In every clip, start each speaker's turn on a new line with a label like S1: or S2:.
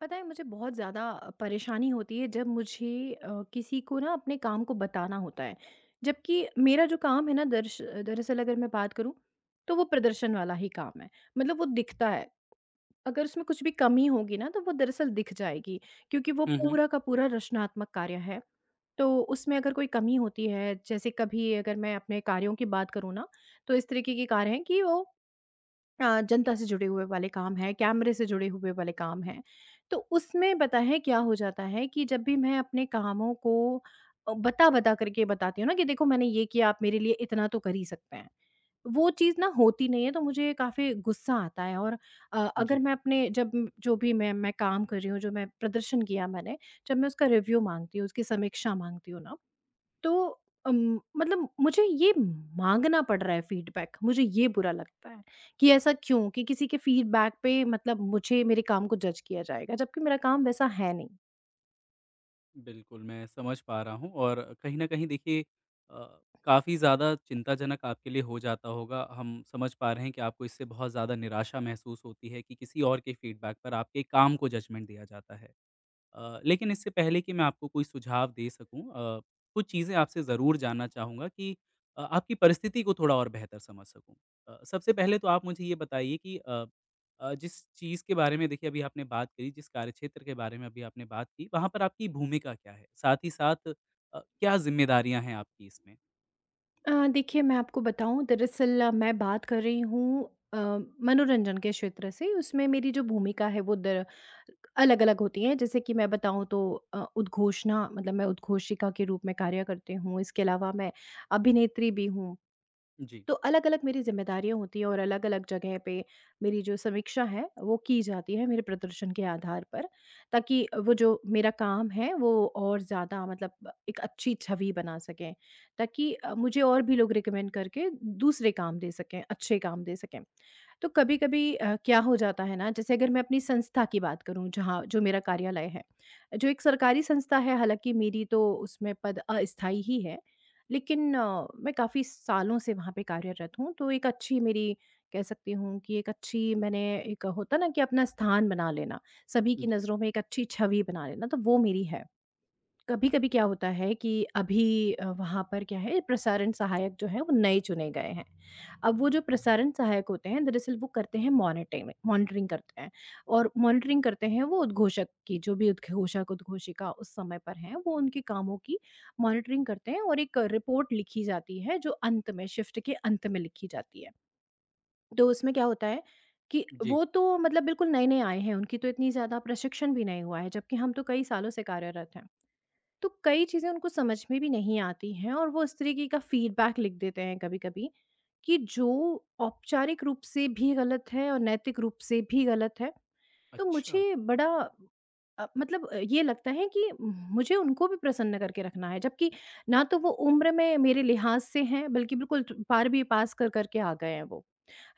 S1: पता है, मुझे बहुत ज़्यादा परेशानी होती है जब मुझे किसी को ना अपने काम को बताना होता है। जबकि मेरा जो काम है ना दर्श दरअसल अगर मैं बात करूँ तो वो प्रदर्शन वाला ही काम है। मतलब वो दिखता है। अगर उसमें कुछ भी कमी होगी ना तो वो दरअसल दिख जाएगी, क्योंकि वो
S2: हुँ, हुँ।
S1: पूरा का पूरा रचनात्मक कार्य है। तो उसमें अगर कोई कमी होती है, जैसे कभी अगर मैं अपने कार्यों की बात करूँ ना, तो इस तरीके के कार्य हैं कि वो जनता से जुड़े हुए वाले काम हैं, कैमरे से जुड़े हुए वाले काम हैं। तो उसमें पता है क्या हो जाता है कि जब भी मैं अपने कामों को बता-बता करके बताती हूँ ना कि देखो मैंने ये किया, आप मेरे लिए इतना तो कर ही सकते हैं। वो चीज़ ना होती नहीं है, तो मुझे काफ़ी गुस्सा आता है। और अगर
S2: जी,
S1: मैं जो भी मैं काम कर रही हूँ, जो मैं प्रदर्शन किया मैंने, जब मैं उसका रिव्यू माँगती हूँ, उसकी समीक्षा माँगती हूँ ना, तो मतलब मुझे ये माँगना पड़ रहा है फीडबैक, मुझे ये बुरा लगता है कि ऐसा क्यों? कि किसी के फीडबैक पे मतलब मुझे मेरे काम को जज किया जाएगा, जबकि मेरा काम वैसा है नहीं।
S2: बिल्कुल मैं समझ पा रहा हूँ और कहीं न कहीं देखिए काफ़ी ज़्यादा चिंताजनक आपके लिए हो जाता होगा। हम समझ पा रहे हैं कि आपको इससे बहुत ज़्यादा निराशा महसूस होती है कि किसी और के फीडबैक पर आपके काम को जजमेंट दिया जाता है। लेकिन इससे पहले कि मैं आपको कोई सुझाव दे सकूँ कुछ चीज़ें आपसे ज़रूर जानना चाहूँगा कि आपकी परिस्थिति को थोड़ा और बेहतर समझ सकूँ। सबसे पहले तो आप मुझे ये बताइए कि जिस चीज़ के बारे में देखिए अभी आपने बात करी, जिस कार्यक्षेत्र के बारे में अभी आपने बात की, वहाँ पर आपकी भूमिका क्या है? साथ ही साथ क्या ज़िम्मेदारियाँ हैं आपकी इसमें?
S1: देखिए मैं आपको बताऊँ, दरअसल मैं बात कर रही हूँ अ, मनोरंजन के क्षेत्र से। उसमें मेरी जो भूमिका है वो दर अलग-अलग होती है। जैसे कि मैं बताऊँ तो उद्घोषणा मतलब मैं उद्घोषिका के रूप में कार्य करती हूँ, इसके अलावा मैं अभिनेत्री भी हूँ।
S2: जी।
S1: तो अलग-अलग मेरी ज़िम्मेदारियाँ होती हैं और अलग-अलग जगह पे मेरी जो समीक्षा है, वो की जाती है मेरे प्रदर्शन के आधार पर, ताकि वो जो मेरा काम है वो और ज़्यादा मतलब एक अच्छी छवि बना सकें, ताकि मुझे और भी लोग रिकमेंड करके दूसरे काम दे सकें, अच्छे काम दे सकें। तो कभी-कभी क्या हो जाता है ना, जैसे अगर मैं अपनी संस्था की बात करूँ, जहाँ जो मेरा कार्यालय है, जो एक सरकारी संस्था है, हालाँकि मेरी तो उसमें पद अस्थायी ही है, लेकिन मैं काफ़ी सालों से वहाँ पे कार्यरत हूँ, तो एक अच्छी मेरी, कह सकती हूँ कि एक अच्छी मैंने, एक होता ना कि अपना स्थान बना लेना, सभी की
S2: जी।
S1: नज़रों में एक अच्छी छवि बना लेना, तो वो मेरी है। कभी-कभी क्या होता है कि अभी वहाँ पर क्या है, प्रसारण सहायक जो है वो नए चुने गए हैं। अब वो जो प्रसारण सहायक होते हैं, दरअसल वो करते हैं मॉनिटिंग मॉनिटरिंग करते हैं। और मॉनिटरिंग करते हैं वो उद्घोषक की, जो भी उद्घोषक, उद्घोषिका उस समय पर हैं, वो उनके कामों की मॉनिटरिंग करते हैं और एक रिपोर्ट लिखी जाती है जो अंत में शिफ्ट के अंत में लिखी जाती है। तो उसमें क्या होता है कि
S2: जी।
S1: वो तो मतलब बिल्कुल नए-नए आए हैं, उनकी तो इतनी ज़्यादा प्रशिक्षण भी नहीं हुआ है, जबकि हम तो कई सालों से कार्यरत हैं। तो कई चीज़ें उनको समझ में भी नहीं आती हैं और वो इस तरीके का फीडबैक लिख देते हैं कभी-कभी, कि जो औपचारिक रूप से भी गलत है और नैतिक रूप से भी गलत है। तो
S2: अच्छा।
S1: मुझे बड़ा मतलब ये लगता है कि मुझे उनको भी प्रसन्न करके रखना है, जबकि ना तो वो उम्र में मेरे लिहाज से हैं, बल्कि बिल्कुल ट 12वीं पास कर कर के आ गए हैं वो।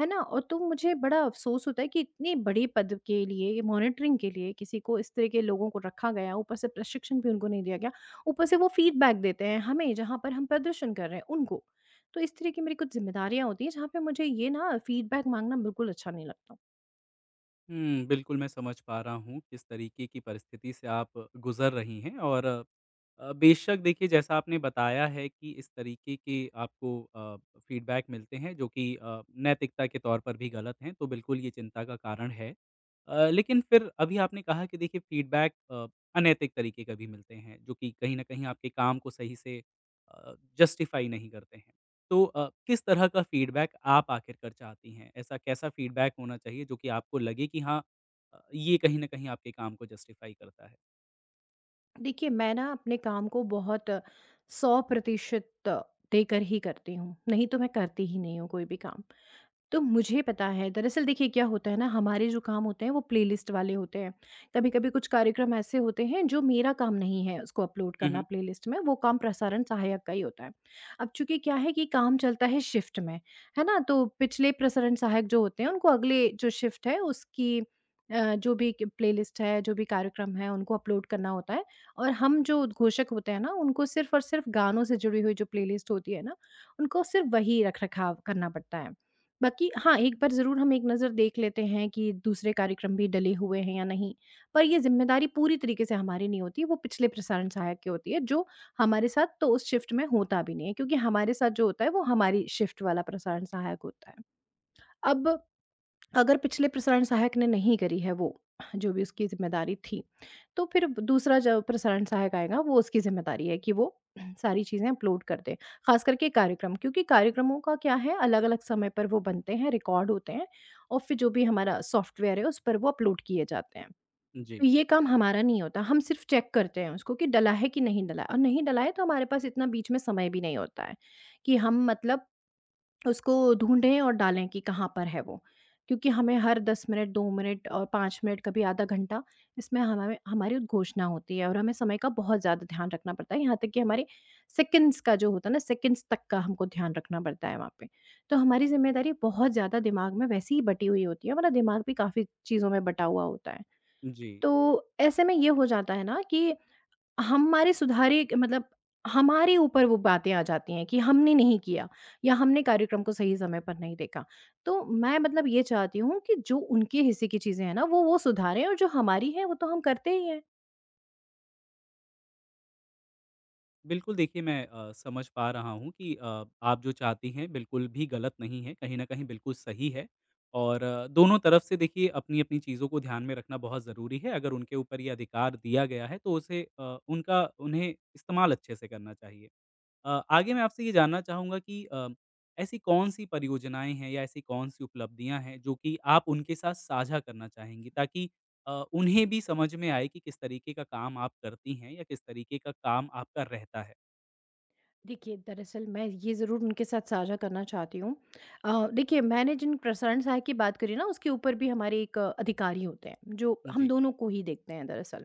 S1: है ना? और तो मुझे बड़ा अफ़सोस होता है कि इतने बड़े पद के लिए, मॉनिटरिंग के लिए किसी को, इस तरह के लोगों को रखा गया, ऊपर से प्रशिक्षण भी उनको नहीं दिया गया। ऊपर से वो फ़ीडबैक देते हैं हमें, जहाँ पर हम प्रदर्शन कर रहे हैं, उनको। तो इस तरह की मेरी कुछ ज़िम्मेदारियाँ होती हैं, जहाँ पे मुझे ये ना फ़ीडबैक माँगना बिल्कुल अच्छा नहीं लगता।
S2: हुँ, बिल्कुल मैं समझ पा रहा हूँ किस तरीके की परिस्थिति से आप गुज़र रही हैं और बेशक देखिए जैसा आपने बताया है कि इस तरीके के आपको फ़ीडबैक मिलते हैं जो कि नैतिकता के तौर पर भी गलत हैं, तो बिल्कुल ये चिंता का कारण है। लेकिन फिर अभी आपने कहा कि देखिए फ़ीडबैक अनैतिक तरीके का भी मिलते हैं जो कि कहीं न कहीं आपके काम को सही से जस्टिफ़ाई नहीं करते हैं। तो किस तरह का फीडबैक आप आखिरकार चाहती हैं? ऐसा कैसा फीडबैक होना चाहिए जो कि आपको लगे कि हाँ ये कहीं न कहीं आपके काम को जस्टिफ़ाई करता है?
S1: देखिए, मैं ना अपने काम को बहुत 100% देकर ही करती हूँ, नहीं तो मैं करती ही नहीं हूँ कोई भी काम। तो मुझे पता है, दरअसल देखिए क्या होता है ना, हमारे जो काम होते हैं वो प्लेलिस्ट वाले होते हैं। कभी कभी कुछ कार्यक्रम ऐसे होते हैं जो मेरा काम नहीं है उसको अपलोड
S2: हुँ,
S1: करना,
S2: हुँ।
S1: प्लेलिस्ट में वो काम प्रसारण सहायक का ही होता है। अब चूंकि क्या है कि काम चलता है शिफ्ट में, है ना? तो पिछले प्रसारण सहायक जो होते हैं उनको अगले जो शिफ्ट है उसकी जो भी प्लेलिस्ट है, जो भी कार्यक्रम है, उनको अपलोड करना होता है। और हम जो उद्घोषक होते हैं ना, उनको सिर्फ और सिर्फ गानों से जुड़ी हुई जो प्लेलिस्ट होती है ना, उनको सिर्फ वही रख रखाव करना पड़ता है। बाकी हाँ, एक बार ज़रूर हम एक नज़र देख लेते हैं कि दूसरे कार्यक्रम भी डले हुए हैं या नहीं, पर ये ज़िम्मेदारी पूरी तरीके से हमारी नहीं होती, वो पिछले प्रसारण सहायक की होती है, जो हमारे साथ तो उस शिफ्ट में होता भी नहीं है, क्योंकि हमारे साथ जो होता है, वो हमारी शिफ्ट वाला प्रसारण सहायक होता है। अब अगर पिछले प्रसारण सहायक ने नहीं करी है वो, जो भी उसकी ज़िम्मेदारी थी, तो फिर दूसरा जो प्रसारण सहायक आएगा, वो उसकी ज़िम्मेदारी है कि वो सारी चीज़ें अपलोड कर दे। ख़ास करके कार्यक्रम, क्योंकि कार्यक्रमों का क्या है, अलग-अलग समय पर वो बनते हैं, रिकॉर्ड होते हैं और फिर जो भी हमारा सॉफ्टवेयर है उस पर वो अपलोड किए जाते हैं। तो
S2: जी,
S1: ये काम हमारा नहीं होता, हम सिर्फ़ चेक करते हैं उसको कि डला है कि नहीं डला है, और नहीं डला है तो हमारे पास इतना बीच में समय भी नहीं होता है कि हम मतलब उसको ढूँढें और डालें कि कहाँ पर है वो। क्योंकि हमें हर 10 मिनट, 2 मिनट और 5 मिनट, कभी आधा घंटा, इसमें हमामें हमारी उद्घोषणा होती है और हमें समय का बहुत ज़्यादा ध्यान रखना पड़ता है। यहाँ तक कि हमारे सेकंड्स का जो होता है ना, सेकंड्स तक का हमको ध्यान रखना पड़ता है वहाँ पे। तो हमारी ज़िम्मेदारी बहुत ज़्यादा दिमाग में वैसे ही बटी हुई होती है, हमारा दिमाग भी काफ़ी चीज़ों में बटा हुआ होता है।
S2: जी।
S1: तो ऐसे में ये हो जाता है ना कि हमारे सुधारे मतलब हमारे ऊपर वो बातें आ जाती हैं कि हमने नहीं किया या हमने कार्यक्रम को सही समय पर नहीं देखा। तो मैं मतलब ये चाहती हूँ कि जो उनके हिस्से की चीज़ें हैं ना वो सुधारें, और जो हमारी है वो तो हम करते ही हैं।
S2: बिल्कुल देखिए मैं समझ पा रहा हूँ कि आप जो चाहती हैं बिल्कुल भी गलत नहीं है, कहीं न कहीं बिल्कुल सही है और दोनों तरफ से देखिए अपनी-अपनी चीज़ों को ध्यान में रखना बहुत ज़रूरी है। अगर उनके ऊपर ये अधिकार दिया गया है तो उसे उनका उन्हें इस्तेमाल अच्छे से करना चाहिए। आगे मैं आपसे ये जानना चाहूँगा कि ऐसी कौन-सी परियोजनाएँ हैं या ऐसी कौन-सी उपलब्धियाँ हैं जो कि आप उनके साथ साझा करना चाहेंगी ताकि उन्हें भी समझ में आए कि किस तरीके का काम आप करती हैं या किस तरीके का काम आपका रहता है?
S1: देखिए, दरअसल मैं ये ज़रूर उनके साथ साझा करना चाहती हूँ। देखिए मैंने जिन प्रसारण सहायक की बात करी ना, उसके ऊपर भी हमारे एक अधिकारी होते हैं, जो हम
S2: जी।
S1: दोनों को ही देखते हैं दरअसल।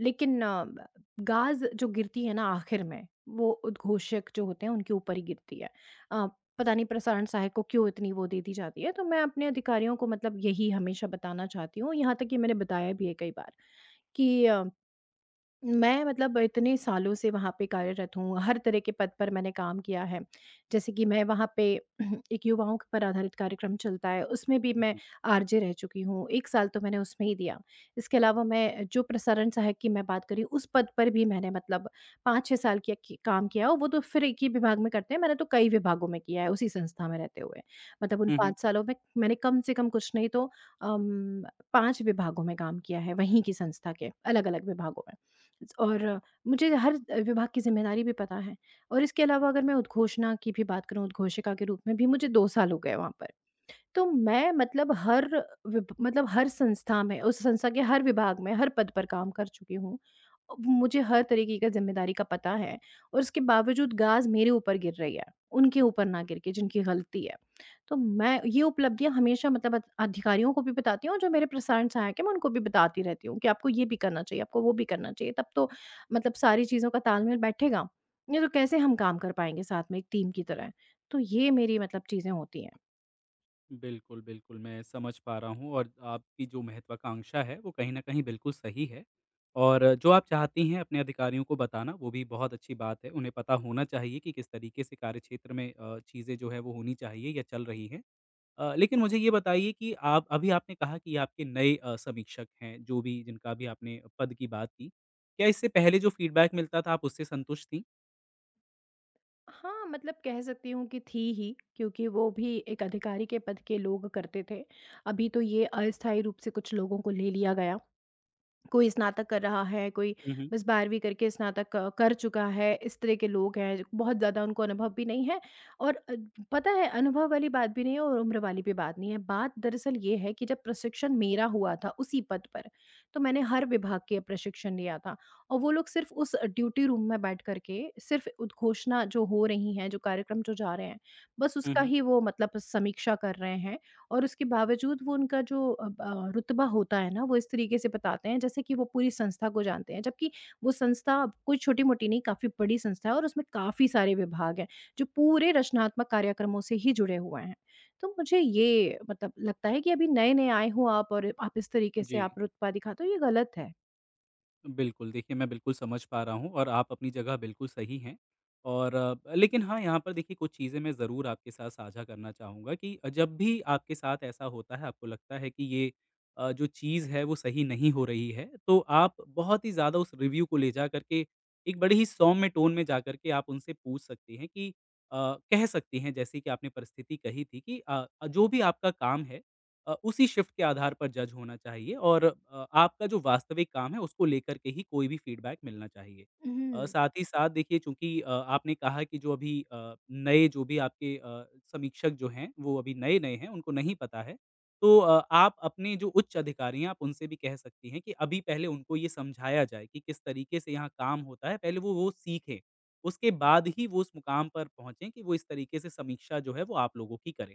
S1: लेकिन ब गाज़ जो गिरती है ना आखिर में, वो उद्घोषक जो होते हैं उनके ऊपर ही गिरती है। अ, पता नहीं प्रसारण सहायक को क्यों इतनी वो दे दी जाती है, तो मैं अपने अधिकारियों को मतलब यही हमेशा बताना चाहती हूँ, यहाँ तक कि मैंने बताया भी है कई बार कि मैं मतलब इतने सालों से वहाँ पे कार्यरत हूँ, हर तरह के पद पर मैंने काम किया है। जैसे कि मैं वहाँ पे एक युवाओं के पर आधारित कार्यक्रम चलता है, उसमें भी मैं
S2: जी।
S1: आरजे रह चुकी हूँ, 1 साल तो मैंने उसमें ही दिया। इसके अलावा मैं जो प्रसारण सहायक की मैं बात कर रही हूँ, उस पद पर भी मैंने मतलब 5-6 साल किया कि काम किया और वो तो फिर एक ही विभाग में करते हैं, मैंने तो कई विभागों में किया है उसी संस्था में रहते हुए। मतलब उन
S2: हुँ, हुँ।
S1: 5 सालों में मैंने कम से कम कुछ नहीं तो अम, 5 विभागों में काम किया है, वहीं की संस्था के अलग-अलग विभागों में। और मुझे हर विभाग की ज़िम्मेदारी भी पता है और इसके अलावा अगर मैं उद्घोषणा की भी बात करूँ, उद्घोषिका के रूप में भी मुझे 2 साल हो गए वहाँ पर। तो मैं मतलब हर विभ मतलब हर संस्था में, उस संस्था के हर विभाग में, हर पद पर काम कर चुकी हूँ। मुझे हर तरीके का ज़िम्मेदारी का पता है और उसके बावजूद गाज़ मेरे ऊपर गिर रही है, उनके ऊपर ना गिर के जिनकी गलती है। तो मैं ये उपलब्धियाँ हमेशा मतलब अत अधिकारियों को भी बताती हूँ और जो मेरे प्रसारण सहायक हैं, मैं उनको भी बताती रहती हूँ कि आपको ये भी करना चाहिए, आपको वो भी करना चाहिए, तब तो मतलब सारी चीज़ों का तालमेल बैठेगा। नहीं तो कैसे हम काम कर पाएँगे साथ में एक टीम की तरह। तो ये मेरी मतलब चीज़ें होती हैं।
S2: बिल्कुल, बिल्कुल, मैं समझ पा रहा हूँ और आपकी जो महत्वाकांक्षा है, वो कहीं न कहीं बिल्कुल सही है और जो आप चाहती हैं अपने अधिकारियों को बताना, वो भी बहुत अच्छी बात है। उन्हें पता होना चाहिए कि किस तरीके से कार्यक्षेत्र में चीज़ें जो है वो होनी चाहिए या चल रही हैं। लेकिन मुझे ये बताइए कि आप अभी आपने कहा कि आपके नए समीक्षक हैं, जो भी जिनका भी आपने पद की बात की। क्या इससे पहले जो फ़ीडबैक मिलता था, आप उससे संतुष्ट थीं?
S1: हाँ, मतलब कह सकती हूँ कि थी ही, क्योंकि वो भी एक अधिकारी के पद के लोग करते थे। अभी तो ये अस्थायी रूप से कुछ लोगों को ले लिया गया। कोई स्नातक कर रहा है, कोई
S2: हुँ, हुँ।
S1: बस 12वीं करके स्नातक क कर चुका है, इस तरह के लोग हैं, जो बहुत ज़्यादा उनको अनुभव भी नहीं है। और पता है, अनुभव वाली बात भी नहीं है और उम्र वाली भी बात नहीं है। बात दरअसल ये है कि जब प्रशिक्षण मेरा हुआ था उसी पद पर, तो मैंने हर विभाग के प्रशिक्षण लिया था, और वो लोग सिर्फ़ उस ड्यूटी रूम में बैठ कर के सिर्फ़ उद्घोषणा जो हो रही हैं, जो कार्यक्रम जो जा रहे हैं, बस
S2: हुँ,
S1: उसका
S2: हुँ।
S1: ही वो मतलब समीक्षा कर रहे हैं। और उसके बावजूद वो उनका जो ब रुतबा होता है ना, वो इस तरीके से बताते हैं जैसे कि वो पूरी संस्था को जानते हैं। जबकि वो संस्था कोई छोटी-मोटी नहीं, काफ़ी बड़ी संस्था है और उसमें काफ़ी सारे विभाग हैं, जो पूरे रचनात्मक कार्यक्रमों से ही जुड़े हुए हैं। तो मुझे ये मतलब लगता है कि अभी नए-नए आए हो आप और आप इस तरीके से
S2: जी।
S1: आप रुतबा दिखाते हो, ये गलत है।
S2: बिल्कुल, देखिए मैं बिल्कुल समझ पा रहा हूँ और आप अपनी जगह बिल्कुल सही हैं और लेकिन हाँ, यहाँ पर देखिए कुछ चीज़ें मैं ज़रूर आपके साथ साझा करना चाहूँगा कि जब भी आपके साथ ऐसा होता है, आपको लगता है कि ये जो चीज़ है वो सही नहीं हो रही है, तो आप बहुत ही ज़्यादा उस रिव्यू को ले जाकर के एक बड़े ही सौम्य टोन में जाकर के आप उनसे पूछ सकती हैं कि कह सकती हैं जैसे कि आपने परिस्थिति कही थी कि जो भी आपका काम है उसी शिफ्ट के आधार पर जज होना चाहिए और आपका जो वास्तविक काम है उसको लेकर के ही कोई भी फीडबैक मिलना चाहिए।
S1: हुँ,
S2: साथ ही साथ देखिए चूँकि आपने कहा कि जो अभी नए जो भी आपके समीक्षक जो हैं वो अभी नए-नए हैं, उनको नहीं पता है। तो आप अपने जो उच्च अधिकारी हैं आप उनसे भी कह सकती हैं कि अभी पहले उनको ये समझाया जाए कि किस तरीके से यहाँ काम होता है, पहले वो सीखें। उसके बाद ही वो उस मुकाम पर पहुँचे कि वो इस तरीके से समीक्षा जो है वो आप लोगों की करें।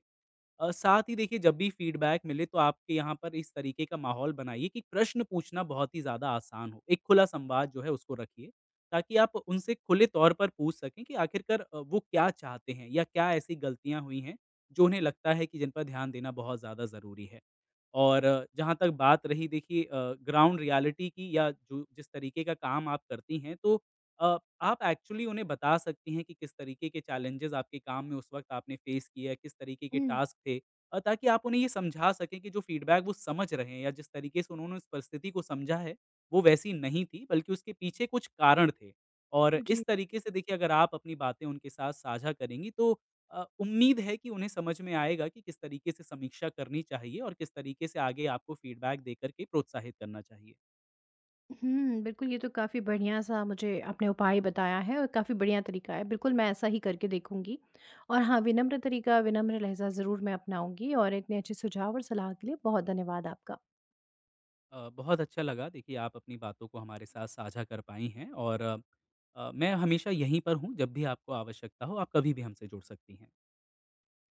S2: साथ ही देखिए जब भी फीडबैक मिले तो आपके यहाँ पर इस तरीके का माहौल बनाइए कि प्रश्न पूछना बहुत ही ज़्यादा आसान हो। एक खुला संवाद जो है उसको रखिए, ताकि आप उनसे खुले तौर पर पूछ सकें कि आखिरकार वो क्या चाहते हैं या क्या ऐसी गलतियाँ हुई हैं, जो उन्हें लगता है कि जिन पर ध्यान देना बहुत ज़्यादा ज़रूरी है। और जहाँ तक बात रही देखिए ग्राउंड रियलिटी की या जो जिस तरीके का काम आप करती हैं, तो अ, आप एक्चुअली उन्हें बता सकती हैं कि किस तरीके के चैलेंजेज़ आपके काम में उस वक़्त आपने फ़ेस किए या किस तरीके के
S1: हुँ।
S2: टास्क थे ताकि आप उन्हें ये समझा सकें कि जो फ़ीडबैक वो समझ रहे हैं या जिस तरीके से उन्होंने उस परिस्थिति को समझा है, वो वैसी नहीं थी बल्कि उसके पीछे कुछ कारण थे। और इस
S1: जी।
S2: तरीके से देखिए अगर आप अपनी बातें उनके साथ साझा करेंगी तो उम्मीद है कि उन्हें समझ में आएगा कि किस तरीके से समीक्षा करनी चाहिए और किस तरीके से आगे आपको फ़ीडबैक देकर के प्रोत्साहित करना चाहिए।
S1: हुँ, बिल्कुल ये तो काफ़ी बढ़िया-सा मुझे आपने उपाय बताया है और काफ़ी बढ़िया तरीका है। बिल्कुल मैं ऐसा ही करके देखूँगी। और हाँ, विनम्र तरीका, विनम्र लहज़ा ज़रूर मैं अपनाऊँगी, और इतने अच्छे सुझाव और सलाह के लिए बहुत धन्यवाद आपका।
S2: बहुत अच्छा लगा देखिए आप अपनी बातों को हमारे साथ साझा कर पाई हैं और मैं हमेशा यहीं पर हूँ जब भी आपको आवश्यकता हो आप कभी भी हमसे जुड़ सकती हैं।